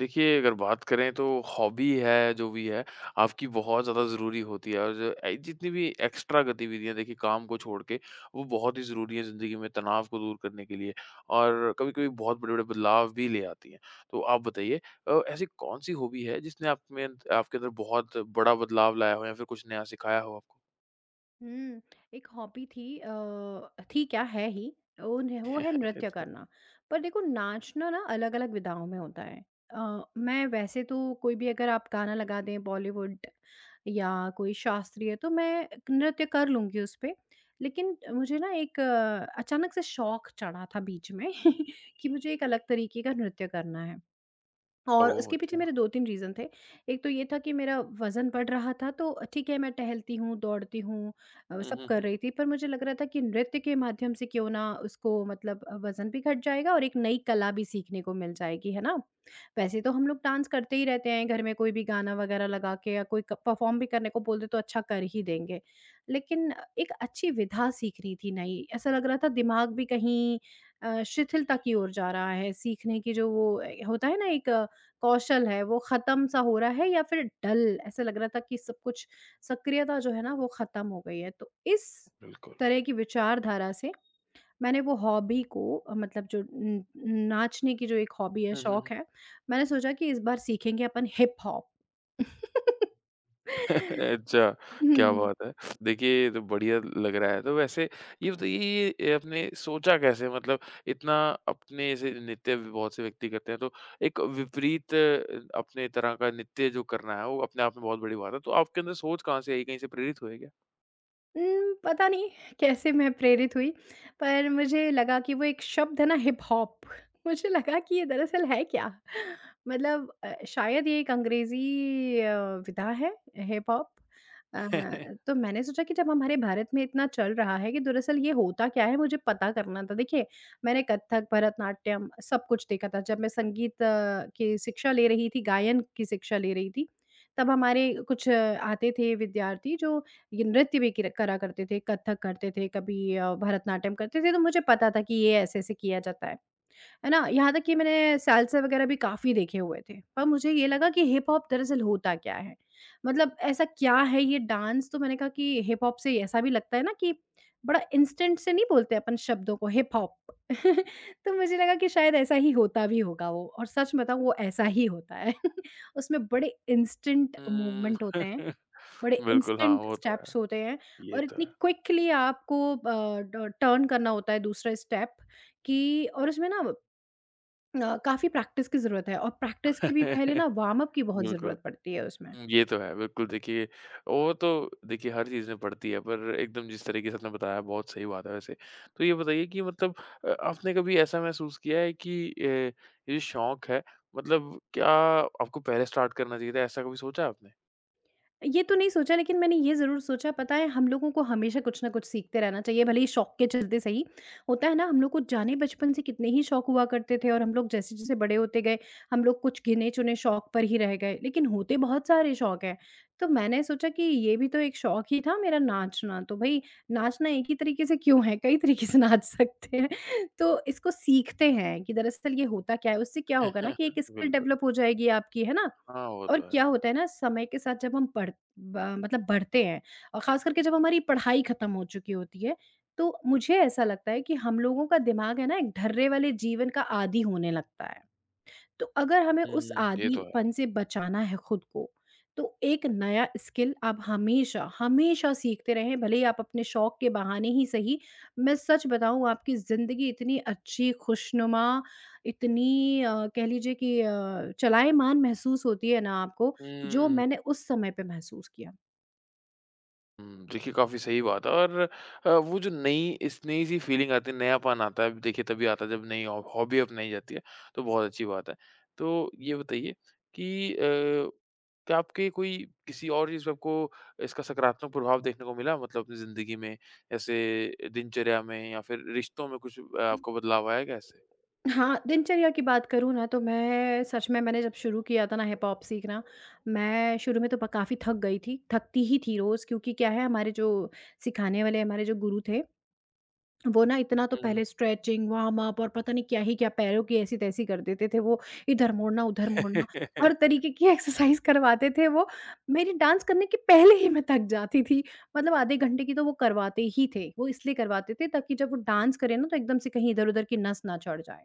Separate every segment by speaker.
Speaker 1: देखिए, अगर बात करें तो हॉबी है, जो भी है, आपकी बहुत ज़्यादा ज़रूरी होती है और जो ए जितनी भी एक्स्ट्रा गतिविधियाँ देखिए काम को छोड़ के, वो बहुत ही ज़रूरी है ज़िंदगी में तनाव को दूर करने के लिए और कभी-कभी बहुत बड़े-बड़े बदलाव भी ले आती हैं। तो आप बताइए ऐसी कौन-सी हॉबी है जिसने आप में आपके अंदर बहुत बड़ा बदलाव लाया हो या फिर कुछ नया सिखाया हो आपको?
Speaker 2: हुँ। एक हॉबी थी, थी क्या, है ही। वो न वो है नृत्य
Speaker 1: अच्छा।
Speaker 2: करना। पर देखो नाचना ना अलग-अलग विधाओं में होता है। मैं वैसे तो कोई भी, अगर आप गाना लगा दें बॉलीवुड या कोई शास्त्रीय, तो मैं नृत्य कर लूँगी उस पे। लेकिन मुझे ना एक अचानक से शौक चढ़ा था बीच में कि मुझे एक अलग तरीके का नृत्य करना है। और
Speaker 1: ओह!
Speaker 2: उसके पीछे
Speaker 1: अच्छा।
Speaker 2: मेरे 2-3 रीज़न थे। एक तो ये था कि मेरा वज़न बढ़ रहा था, तो ठीक है, मैं टहलती हूँ, दौड़ती हूँ,
Speaker 1: हुँ,
Speaker 2: सब
Speaker 1: हुँ,
Speaker 2: कर
Speaker 1: हुँ।
Speaker 2: रही थी। पर मुझे लग रहा था कि नृत्य के माध्यम से क्यों ना उसको, मतलब वज़न भी घट जाएगा और एक नई कला भी सीखने को मिल जाएगी, है ना? वैसे तो हम लोग डांस करते ही रहते हैं, घर में कोई भी गाना वगैरह लगा के, या कोई क परफ़ॉर्म भी करने को बोल दे तो अच्छा कर ही देंगे। लेकिन एक अच्छी विधा सीखनी थी नई, ऐसा लग रहा था दिमाग भी कहीं शिथिलता की ओर जा रहा है, सीखने की जो वो ए होता है ना, एक कौशल है, वो खत्म सा हो रहा है, या फिर डल। ऐसा लग रहा था कि सब कुछ, सक्रियता जो है ना, वो खत्म हो गई है। तो इस
Speaker 1: बिल्कुल।
Speaker 2: तरह की विचारधारा से मैंने वो हॉबी को, मतलब जो नाचने की जो एक हॉबी है,
Speaker 1: हुँ, हुँ, हुँ।
Speaker 2: शौक है, मैंने सोचा कि इस बार सीखेंगे अपन हिप हॉप।
Speaker 1: अच्छा, क्या
Speaker 2: हम्म
Speaker 1: बात है! देखिए, ये तो बढ़िया लग रहा है। तो वैसे ये बताइए ये आपने सोचा कैसे मतलब इतना अपने जैसे नित्य भी बहुत से व्यक्ति करते हैं, तो एक विपरीत अपने तरह का नित्य जो करना है, वो अपने आप में बहुत बड़ी बात है। तो आपके अंदर सोच कहाँ से आई? कहीं से प्रेरित हुए क्या?
Speaker 2: पता नहीं कैसे मैं प्रेरित हुई, पर मुझे लगा कि वो एक शब्द है ना, हिप-हॉप। मुझे लगा कि ये दरअसल है क्या? मतलब शायद ये एक अंग्रेज़ी विधा है, हिप-हॉप। अ, तो मैंने सोचा कि जब हमारे भारत में इतना चल रहा है, कि दरअसल ये होता क्या है, मुझे पता करना था। देखिए, मैंने कथक, भरतनाट्यम सब कुछ देखा था, जब मैं संगीत की शिक्षा ले रही थी, गायन की शिक्षा ले रही थी। तब हमारे कुछ आते थे विद्यार्थी, जो ये नृत्य भी किर करा करते थे, कथक करते थे, कभी भरतनाट्यम करते थे, तो मुझे पता था कि ये ऐसे-ऐसे किया जाता है। है ना? यहाँ तक कि मैंने सैलसा वगैरह भी काफ़ी देखे हुए थे। पर मुझे ये लगा कि हिप हॉप दरअसल होता क्या है? मतलब ऐसा क्या है ये डांस? तो मैंने कहा कि हिप हॉप से ऐसा भी लगता है ना, कि बड़ा इंस्टेंट से नहीं बोलते अपन शब्दों को, हिप हॉप। तो मुझे लगा कि शायद ऐसा ही होता भी होगा वो, और सच बताऊँ वो ऐसा ही होता है। उसमें बड़े इंस्टेंट
Speaker 1: हुँ।
Speaker 2: मूवमेंट होते हैं। बड़े
Speaker 1: बिल्कुल, हाँ,
Speaker 2: इंस्टेंट
Speaker 1: वो तो है।
Speaker 2: स्टेप्स होते हैं,
Speaker 1: ये
Speaker 2: और
Speaker 1: तो
Speaker 2: इतनी
Speaker 1: है।
Speaker 2: क्विकली आपको टर्न करना होता है दूसरा स्टेप, कि और उसमें ना काफ़ी प्रैक्टिस की ज़रूरत है, और प्रैक्टिस के भी पहले ना वार्म अप की बहुत
Speaker 1: बिल्कुल।
Speaker 2: ज़रूरत पड़ती है उसमें।
Speaker 1: हुँ, ये तो है। बिल्कुल देखिए, वो तो देखिए हर चीज़ में पड़ती है पर एकदम जिस तरीके से आपने बताया बहुत सही बात है वैसे। तो ये बताइए कि मतलब आपने कभी ऐसा महसूस किया है कि ये जो शौक है मतलब क्या आपको पहले स्टार्ट करना चाहिए था ऐसा कभी सोचा आपने?
Speaker 2: ये तो नहीं सोचा, लेकिन मैंने ये ज़रूर सोचा, पता है, हम लोगों को हमेशा कुछ ना कुछ सीखते रहना चाहिए, भले ही शौक के चलते सही। होता है ना, हम लोग को जाने बचपन से कितने ही शौक हुआ करते थे, और हम लोग जैसे-जैसे बड़े होते गए, हम लोग कुछ गिने-चुने शौक पर ही रह गए, लेकिन होते बहुत सारे शौक हैं। तो मैंने सोचा कि ये भी तो एक शौक ही था मेरा, नाचना, तो भई, नाचना एक ही तरीके से क्यों है, कई तरीके से नाच सकते हैं। तो इसको सीखते हैं कि दरअसल ये होता क्या है, उससे क्या होगा ना कि एक स्किल
Speaker 1: बिल्कुल।
Speaker 2: डेवलप हो जाएगी आपकी, है ना?
Speaker 1: हाँ, वो
Speaker 2: और
Speaker 1: तो है।
Speaker 2: क्या होता है ना, समय के साथ जब हम पढ़ ब मतलब बढ़ते हैं, और ख़ास करके जब हमारी पढ़ाई ख़त्म हो चुकी होती है, तो मुझे ऐसा लगता है कि हम लोगों का दिमाग है ना, एक ढर्रे वाले जीवन का आदी होने लगता है। तो अगर हमें उस
Speaker 1: हुँ, ये तो है।
Speaker 2: आदीपन से बचाना है खुद को, तो एक नया स्किल आप हमेशा, हमेशा सीखते रहें, भले ही आप अपने शौक के बहाने ही सही। मैं सच बताऊँ, आपकी ज़िंदगी इतनी अच्छी, खुशनुमा, इतनी कह लीजिए कि चलाएमान महसूस होती है ना आपको, जो
Speaker 1: हुँ।
Speaker 2: मैंने उस समय पे महसूस किया।
Speaker 1: हुँ, देखिए काफ़ी सही बात है और वो जो नई इस नई सी फ़ीलिंग आती है, नयापन आता है, देखिए तभी आता है जब नई हॉबी अपनाई जाती है, तो बहुत अच्छी बात है। तो ये बताइए कि क्या आपके कोई किसी और चीज़ पे आपको इसका सकारात्मक प्रभाव देखने को मिला? मतलब अपनी ज़िंदगी में, जैसे दिनचर्या में या फिर रिश्तों में कुछ आपको बदलाव आया क्या इससे?
Speaker 2: हाँ, दिनचर्या की बात करूँ ना, तो मैं सच में, मैंने जब शुरू किया था ना हिप-हॉप सीखना, मैं शुरू में तो ब काफ़ी थक गई थी, थकती ही थी रोज़, क्योंकि क्या है, हमारे जो सिखाने वाले, हमारे जो गुरु थे, वो ना इतना तो
Speaker 1: हुँ, हुँ।
Speaker 2: पहले स्ट्रेचिंग, वार्म अप, और पता नहीं क्या ही क्या, पैरों की ऐसी-तैसी कर देते थे वो, इधर मोड़ना, उधर मोड़ना, हर तरीके की एक्सरसाइज़ करवाते थे वो। मेरी डांस करने के पहले ही मैं थक जाती थी, मतलब आधे घंटे की तो वो करवाते ही थे। वो इसलिए करवाते थे ताकि जब वो डांस करे ना, तो एकदम से कहीं इधर-उधर की नस ना चढ़ जाए।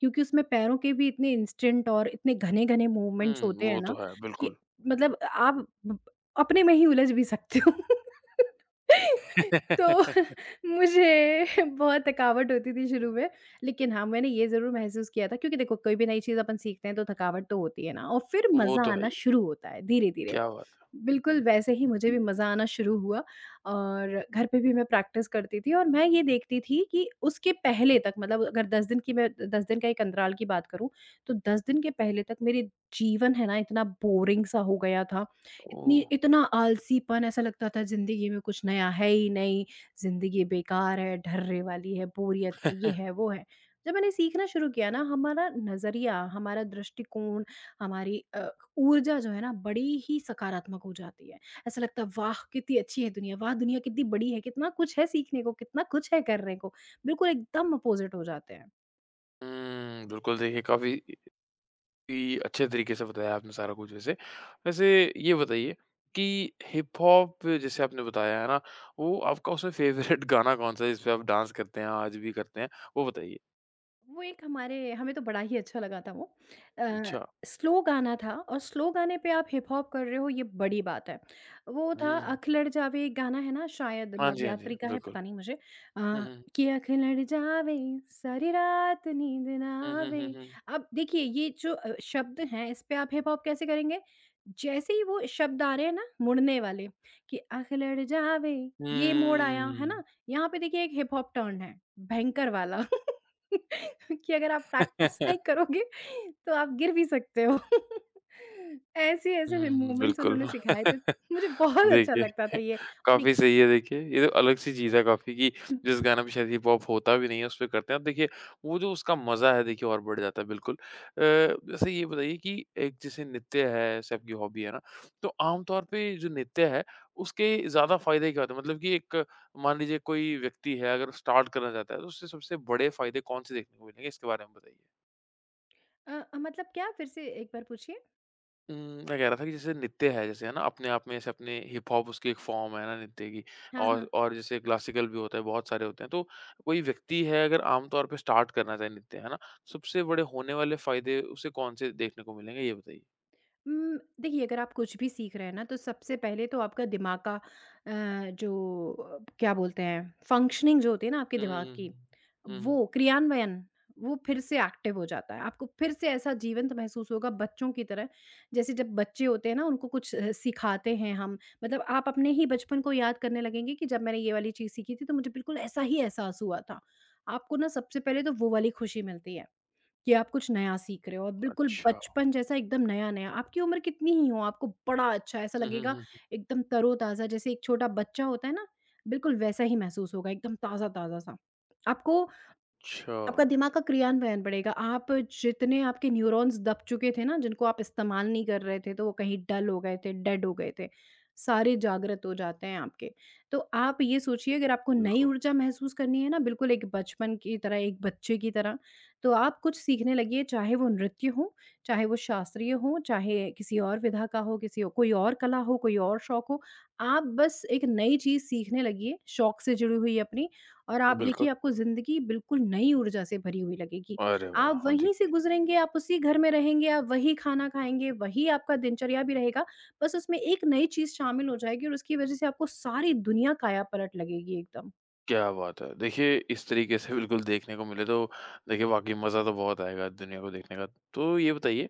Speaker 2: क्योंकि उसमें पैरों के भी इतने इंस्टेंट और इतने घने-घने मूवमेंट्स
Speaker 1: हुँ,
Speaker 2: होते हैं
Speaker 1: वो तो
Speaker 2: ना,
Speaker 1: है,
Speaker 2: कि
Speaker 1: बिल्कुल।
Speaker 2: मतलब आप ब अपने में ही उलझ भी सकते हो। तो मुझे बहुत थकावट होती थी शुरू में, लेकिन हाँ, मैंने ये ज़रूर महसूस किया था, क्योंकि देखो, कोई भी नई चीज़ अपन सीखते हैं तो थकावट तो होती है ना, और फिर
Speaker 1: वो तो
Speaker 2: मज़ा
Speaker 1: है
Speaker 2: आना
Speaker 1: ही।
Speaker 2: शुरू होता है धीरे-धीरे।
Speaker 1: क्या बात है।
Speaker 2: बिल्कुल, वैसे ही मुझे भी मज़ा आना शुरू हुआ, और घर पे भी मैं प्रैक्टिस करती थी, और मैं ये देखती थी कि उसके पहले तक, मतलब अगर 10 दिन की, मैं 10 दिन का एक अंतराल की बात करूँ, तो 10 दिन के पहले तक मेरे जीवन है ना, इतना बोरिंग सा हो गया था। इतनी,
Speaker 1: ओह!
Speaker 2: इतना आलसीपन, ऐसा लगता था ज़िंदगी में कुछ नया है ही नहीं, ज़िंदगी बेकार है, ढर्रे वाली है, बोरियत है, ये है, वो है। जब मैंने सीखना शुरू किया ना, हमारा नज़रिया, हमारा दृष्टिकोण, हमारी ऊर्जा जो है ना, बड़ी ही सकारात्मक हो जाती है। ऐसा लगता है, वाह! कितनी अच्छी है दुनिया, वाह! दुनिया कितनी बड़ी है, कितना कुछ है सीखने को, कितना कुछ है करने को। बिल्कुल एकदम अपोज़िट हो जाते हैं।
Speaker 1: हुँ, बिल्कुल देखिए काफ़ी कि अच्छे तरीके से बताया आपने सारा कुछ वैसे। वैसे ये बताइए कि हिप हॉप जैसे आपने बताया है ना, वो आपका उसमें फ़ेवरेट गाना कौन-सा है जिस पे आप डांस करते हैं, आज भी करते हैं? वो बताइए।
Speaker 2: वो एक, हमारे हमें तो बड़ा ही अच्छा लगा था वो, अ,
Speaker 1: अच्छा।
Speaker 2: स्लो गाना था, और स्लो गाने पे आप हिप हॉप कर रहे हो, ये बड़ी बात है। वो था
Speaker 1: हुँ।
Speaker 2: अखिलड़ जावे, एक गाना है ना, शायद
Speaker 1: हाँ
Speaker 2: लव
Speaker 1: जी, हाँ जी,
Speaker 2: यात्री का है,
Speaker 1: बिल्कुल।
Speaker 2: पता नहीं मुझे।
Speaker 1: हुँ,
Speaker 2: अ,
Speaker 1: हुँ।
Speaker 2: कि अखिलड़ जावे, सारी रात नींद ना
Speaker 1: हुँ, हुँ,
Speaker 2: आवे।
Speaker 1: हुँ, हुँ।
Speaker 2: अब देखिए, ये जो शब्द हैं, इस पे आप हिप हॉप कैसे करेंगे? जैसे ही वो शब्द आ रहे हैं ना, मुड़ने वाले, कि अखिलड़ जावे, ये मोड़ आया है
Speaker 1: हुँ।
Speaker 2: ना? यहाँ पे देखिए, एक हिप हॉप टर्न है भयंकर वाला। कि अगर आप प्रैक्टिस
Speaker 1: हुँ,
Speaker 2: नहीं करोगे, तो आप गिर भी सकते हो। ऐसे-ऐसे में मूवमेंट्स
Speaker 1: बिल्कुल।
Speaker 2: उन्होंने सिखाए थे, मुझे बहुत अच्छा
Speaker 1: देखिए
Speaker 2: लगता था ये। और
Speaker 1: काफ़ी सही है देखिए, ये तो अलग सी चीज़ है काफ़ी कि जिस गाने पे शायद हिप-हॉप होता भी नहीं है, उसपे करते हैं। अब देखिए वो जो उसका मज़ा है देखिए और बढ़ जाता है बिल्कुल। वैसे ये बताइए कि एक जैसे नृत्य है, जैसे आपकी हॉबी है ना, तो आम तौर पे जो नृत्य है, उसके ज़्यादा फ़ायदे क्या होते हैं? मतलब कि एक मान लीजिए कोई व्यक्ति है अगर स्टार्ट करना चाहता है, तो उससे सबसे बड़े फ़ायदे कौन से देखने को मिलेंगे? इसके बारे में बताइए।
Speaker 2: मतलब क्या? फिर से एक बार पूछिए।
Speaker 1: उम, मैं कह रहा था कि जैसे नृत्य है जैसे है ना, अपने आप में जैसे अपने हिप-हॉप उसकी एक फ़ॉर्म है ना नृत्य की
Speaker 2: हाँ, हाँ।
Speaker 1: और जैसे क्लासिकल भी होता है, बहुत सारे होते हैं। तो कोई व्यक्ति है अगर आम तौर पे स्टार्ट करना चाहे नृत्य, है ना? सबसे बड़े होने वाले फ़ायदे उसे कौन-से देखने को मिलेंगे ये बताइए?
Speaker 2: देखिए, अगर आप कुछ भी सीख रहे हैं ना, तो सबसे पहले तो आपका दिमाग का जो क्या बोलते हैं, फंक्शनिंग जो होती है ना आपके
Speaker 1: हुँ,
Speaker 2: दिमाग
Speaker 1: हुँ,
Speaker 2: की,
Speaker 1: हुँ, हुँ। हुँ, हुँ।
Speaker 2: वो क्रियान्वयन, वो फिर से एक्टिव हो जाता है। आपको फिर से ऐसा जीवंत महसूस होगा बच्चों की तरह, जैसे जब बच्चे होते हैं ना, उनको कुछ सिखाते हैं हम, मतलब आप अपने ही बचपन को याद करने लगेंगे, कि जब मैंने ये वाली चीज़ सीखी थी तो मुझे बिल्कुल ऐसा ही एहसास हुआ था। आपको ना सबसे पहले तो वो वाली खुशी मिलती है, कि आप कुछ नया सीख रहे हो, और बिल्कुल
Speaker 1: अच्छा।
Speaker 2: बचपन जैसा, एकदम नया-नया। आपकी उम्र कितनी ही हो, आपको बड़ा अच्छा ऐसा
Speaker 1: हुँ, हुँ,
Speaker 2: लगेगा,
Speaker 1: हुँ।
Speaker 2: एकदम तरोताज़ा, जैसे एक छोटा बच्चा होता है ना, बिल्कुल वैसा ही महसूस होगा, एकदम ताज़ा-ताज़ा सा। आपको,
Speaker 1: अच्छा,
Speaker 2: आपका दिमाग का क्रियान्वयन बढ़ेगा। आप, जितने आपके न्यूरॉन्स दब चुके थे ना, जिनको आप इस्तेमाल नहीं कर रहे थे, तो वो कहीं डल हो गए थे, डेड हो गए थे, सारे जागृत हो जाते हैं आपके। तो आप ये सोचिए, अगर आपको नई
Speaker 1: बिल्कुल,
Speaker 2: ऊर्जा महसूस करनी है ना, बिल्कुल एक बचपन की तरह, एक बच्चे की तरह, तो आप कुछ सीखने लगिए, चाहे वो नृत्य हो, चाहे वो शास्त्रीय हो, चाहे किसी और विधा का हो, किसी और, कोई और कला हो, कोई और शौक हो। आप बस एक नई चीज़ सीखने लगिए, शौक से जुड़ी हुई अपनी। और आप
Speaker 1: बिल्कुल।
Speaker 2: देखिए, आपको ज़िंदगी बिल्कुल नई ऊर्जा से भरी हुई लगेगी।
Speaker 1: अरे वाह!
Speaker 2: आप
Speaker 1: हाँ,
Speaker 2: वहीं से
Speaker 1: देखिए
Speaker 2: गुज़रेंगे, आप उसी घर में रहेंगे, आप वही खाना खाएँगे, वही आपका दिनचर्या भी रहेगा, बस उसमें एक नई चीज़ शामिल हो जाएगी, और उसकी वज़ह से आपको सारी दुनिया काया-पलट लगेगी एकदम।
Speaker 1: क्या बात है। देखिए इस तरीके से बिल्कुल देखने को मिले तो देखिए वाक़ई मज़ा तो बहुत आएगा दुनिया को देखने का। तो ये बताइए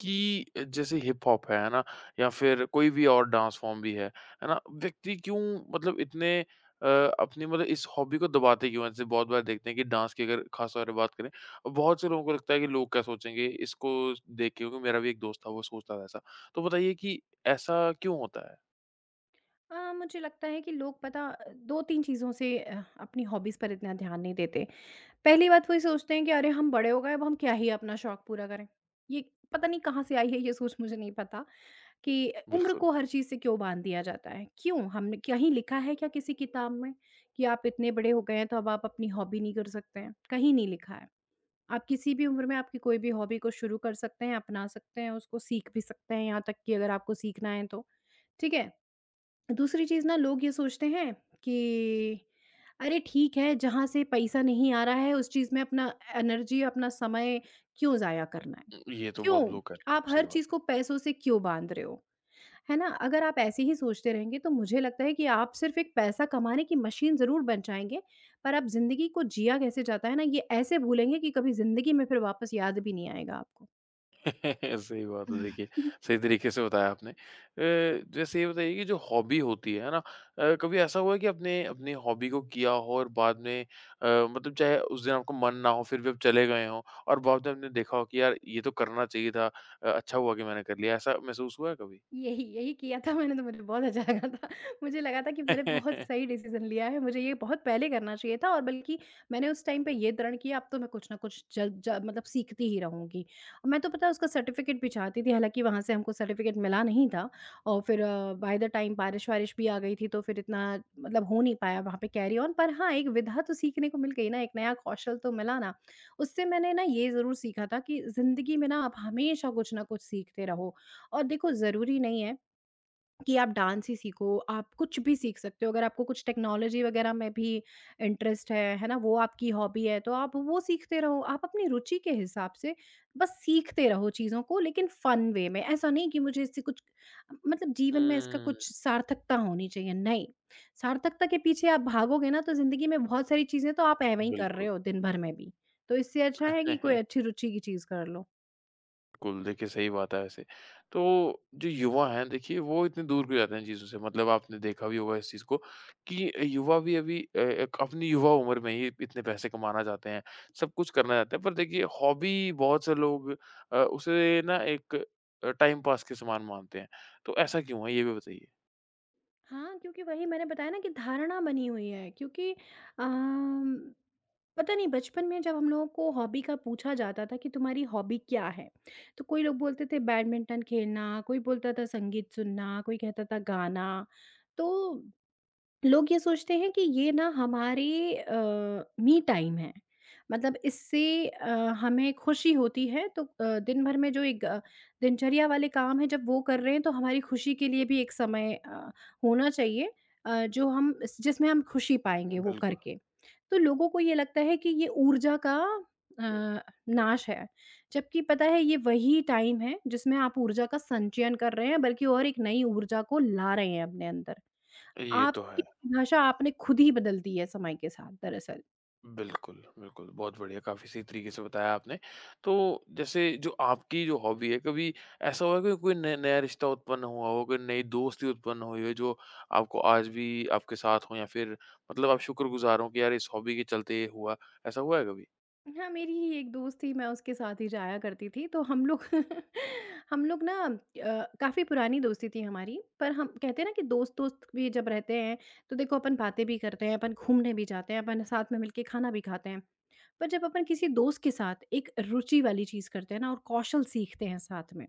Speaker 1: कि जैसे हिप हॉप है ना या फिर कोई भी और डांस फॉर्म भी है ना? व्यक्ति क्यों मतलब इतने अपनी मतलब इस हॉबी को दबाते क्यों हैं? जैसे बहुत बार देखते हैं कि डांस की अगर खास तौर पे बात करें, बहुत से लोगों को लगता है कि लोग क्या सोचेंगे इसको देख के क्योंकि मेरा भी एक दोस्त था वो सोचता था ऐसा। तो बताइए कि ऐसा क्यों होता है?
Speaker 2: मुझे लगता है कि लोग 2-3 चीज़ों से अपनी हॉबीज़ पर इतना ध्यान नहीं देते। पहली बात, वो ये सोचते हैं कि अरे! हम बड़े हो गए, अब हम क्या ही अपना शौक पूरा करें। ये पता नहीं कहाँ से आई है ये सोच, मुझे नहीं पता। कि उम्र
Speaker 1: बिल्कुल।
Speaker 2: को हर चीज़ से क्यों बाँध दिया जाता है? क्यों? हमने कहीं लिखा है क्या किसी किताब में कि आप इतने बड़े हो गए हैं, तो अब आप अपनी हॉबी नहीं कर सकते हैं? कहीं नहीं लिखा है। आप किसी भी उम्र में आपकी कोई भी हॉबी को शुरू कर सकते हैं, अपना सकते हैं, उसको सीख भी सकते हैं, यहाँ तक कि अगर आपको सीखना है तो। ठीक है? दूसरी चीज़ ना लोग ये सोचते हैं कि अरे ठीक है, जहाँ से पैसा नहीं आ रहा है उस चीज़ में अपना एनर्जी, अपना समय क्यों ज़ाया करना है?
Speaker 1: ये तो बहुत
Speaker 2: क्यों?
Speaker 1: लोग कहते हैं,
Speaker 2: आप
Speaker 1: सही
Speaker 2: हर चीज़
Speaker 1: बात।
Speaker 2: को पैसों से क्यों बाँध रहे हो? है ना? अगर आप ऐसे ही सोचते रहेंगे तो मुझे लगता है कि आप सिर्फ़ एक पैसा कमाने की मशीन ज़रूर बन जाएँगे, पर आप ज़िंदगी को जिया कैसे जाता है ना, ये ऐसे भूलेंगे कि कभी ज़िंदगी में फिर वापस याद भी नहीं आएगा आपको।
Speaker 1: सही बात है देखिए, सही तरीके से बताया आपने। जैसे ये बताइए कि जो हॉबी होती है ना? कभी ऐसा हुआ है कि आपने अपनी हॉबी को किया हो और बाद में मतलब चाहे उस दिन आपका मन ना हो फिर भी आप चले गए हों और बाद में आपने देखा हो कि यार ये तो करना चाहिए था, अच्छा हुआ कि मैंने कर लिया, ऐसा महसूस हुआ है कभी?
Speaker 2: यही किया था मैंने तो मुझे बहुत अच्छा लगा था। मुझे लगा था कि मैंने बहुत सही डिसीज़न लिया है, मुझे ये बहुत पहले करना चाहिए था और बल्कि मैंने उस टाइम पे ये दृढ़ किया अब तो मैं कुछ न कुछ ज ज मतलब सीखती ही रहूँगी। मैं तो पता है उसका सर्टिफ़िकेट भी चाहती थी, हालाँकि वहाँ से हमको सर्टिफ़िकेट मिला नहीं था और फिर बाय द टाइम बारिश-वारिश भी आ गई थी तो फिर इतना मतलब हो नहीं पाया वहाँ पे कैरी ऑन। पर हाँ, एक विधा तो सीखने को मिल गई ना, एक नया कौशल तो मिला ना। उससे मैंने ना ये ज़रूर सीखा था कि ज़िंदगी में ना आप हमेशा कुछ न कुछ सीखते रहो। और देखो ज़रूरी नहीं है कि आप डांस ही सीखो, आप कुछ भी सीख सकते हो। अगर आपको कुछ टेक्नोलॉजी वगैरह में भी इंटरेस्ट है ना? वो आपकी हॉबी है तो आप वो सीखते रहो। आप अपनी रुचि के हिसाब से बस सीखते रहो चीज़ों को लेकिन फ़न वे में। ऐसा नहीं कि मुझे इससे कुछ मतलब जीवन में इसका
Speaker 1: हुँ,
Speaker 2: कुछ सार्थकता होनी चाहिए, नहीं। सार्थकता के पीछे आप भागोगे ना तो ज़िंदगी में बहुत सारी चीज़ें तो आप एवें ही कर रहे
Speaker 1: बिल्कुल।
Speaker 2: हो दिन भर में भी। तो इससे अच्छा है कि कोई अच्छी रुचि की चीज़ कर लो।
Speaker 1: बिल्कुल, देखिए सही बात है वैसे। तो जो युवा हैं देखिए वो इतने दूर क्यों जाते हैं चीज़ों से मतलब आपने देखा भी होगा इस चीज़ को कि युवा भी अभी एक अपनी युवा उम्र में ही इतने पैसे कमाना चाहते हैं, सब कुछ करना चाहते हैं पर देखिए हॉबी बहुत से लोग उसे ना एक टाइम पास के समान मानते हैं। तो ऐसा क्यों है? ये भी बताइए?
Speaker 2: हाँ, क्योंकि वही मैंने बताया ना कि धारणा बनी हुई है क्योंकि अम, पता नहीं बचपन में जब हम लोगों को हॉबी का पूछा जाता था कि तुम्हारी हॉबी क्या है? तो कोई लोग बोलते थे बैडमिंटन खेलना, कोई बोलता था संगीत सुनना, कोई कहता था गाना। तो लोग ये सोचते हैं कि ये ना हमारे मी टाइम है। मतलब इससे हमें खुशी होती है तो दिन भर में जो एक दिनचर्या वाले काम हैं जब वो कर रहे हैं तो हमारी खुशी के लिए भी एक समय होना चाहिए जो हम इस जिसमें हम खुशी पाएँगे वो
Speaker 1: बिल्कुल।
Speaker 2: करके। तो लोगों को ये लगता है कि ये ऊर्जा का अ, नाश है। जबकि पता है ये वही टाइम है जिसमें आप ऊर्जा का संचयन कर रहे हैं बल्कि और एक नई ऊर्जा को ला रहे हैं अपने अंदर।
Speaker 1: ये तो है।
Speaker 2: आपकी भाषा आपने खुद ही बदल दी है समय के साथ दरअसल।
Speaker 1: बिल्कुल, बिल्कुल। बहुत बढ़िया, काफ़ी सही तरीके से बताया आपने। तो जैसे जो आपकी जो हॉबी है, कभी ऐसा हुआ है कि कोई न नया रिश्ता उत्पन्न हुआ हो, कोई नई दोस्ती उत्पन्न हुई हो जो आपको आज भी आपके साथ हो या फिर मतलब आप शुक्रगुज़ार हो कि यार इस हॉबी के चलते ये हुआ, ऐसा हुआ है कभी?
Speaker 2: हाँ, मेरी ही एक दोस्त थी, मैं उसके साथ ही जाया करती थी, तो हम लोग हम लोग ना काफ़ी पुरानी दोस्ती थी हमारी, पर हम कहते हैं ना कि दोस्त-दोस्त भी जब रहते हैं, तो देखो अपन बातें भी करते हैं, अपन घूमने भी जाते हैं, अपन साथ में मिलके खाना भी खाते हैं। पर जब अपन किसी दोस्त के साथ एक रुचि वाली चीज़ करते हैं ना और कौशल सीखते हैं साथ में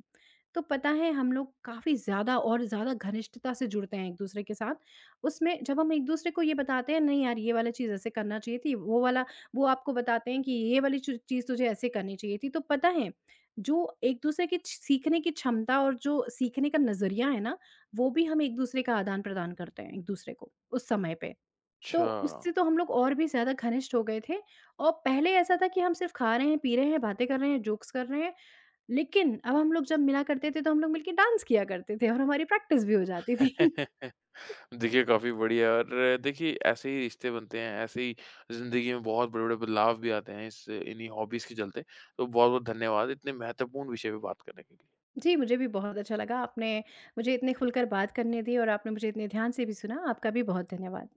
Speaker 2: तो पता है हम लोग काफ़ी ज़्यादा और ज़्यादा घनिष्ठता से जुड़ते हैं एक-दूसरे के साथ। उसमें जब हम एक-दूसरे को ये बताते हैं नहीं यार ये वाला चीज़ ऐसे करना चाहिए थी, वो आपको बताते हैं कि ये वाली चु चीज़ तुझे ऐसे करनी चाहिए थी। तो पता है जो एक-दूसरे की छ सीखने की क्षमता और जो सीखने का नज़रिया है ना, वो भी हम एक-दूसरे का आदान-प्रदान करते हैं एक-दूसरे को उस समय पे। तो
Speaker 1: अच्छा।
Speaker 2: उससे तो हम लोग और भी ज़्यादा घनिष्ठ हो गए थे और पहले ऐसा था कि हम सिर्फ़ खा रहे हैं, पी रहे हैं, बातें कर रहे हैं, जोक्स कर रहे हैं लेकिन अब हम लोग जब मिला करते थे तो हम लोग मिलके डांस किया करते थे और हमारी प्रैक्टिस भी हो जाती थी।
Speaker 1: देखिए काफ़ी बढ़िया और देखिए ऐसे ही रिश्ते बनते हैं, ऐसे ही ज़िंदगी में बहुत बड़े-बड़े बदलाव भी आते हैं इस इन्हीं हॉबीज़ के चलते। तो बहुत-बहुत धन्यवाद इतने महत्वपूर्ण विषय पे बात करने के लिए।
Speaker 2: जी, मुझे भी बहुत अच्छा लगा। आपने मुझे इतने खुलकर बात करने दी और आपने मुझे इतने ध्यान से भी सुना। आपका भी बहुत धन्यवाद।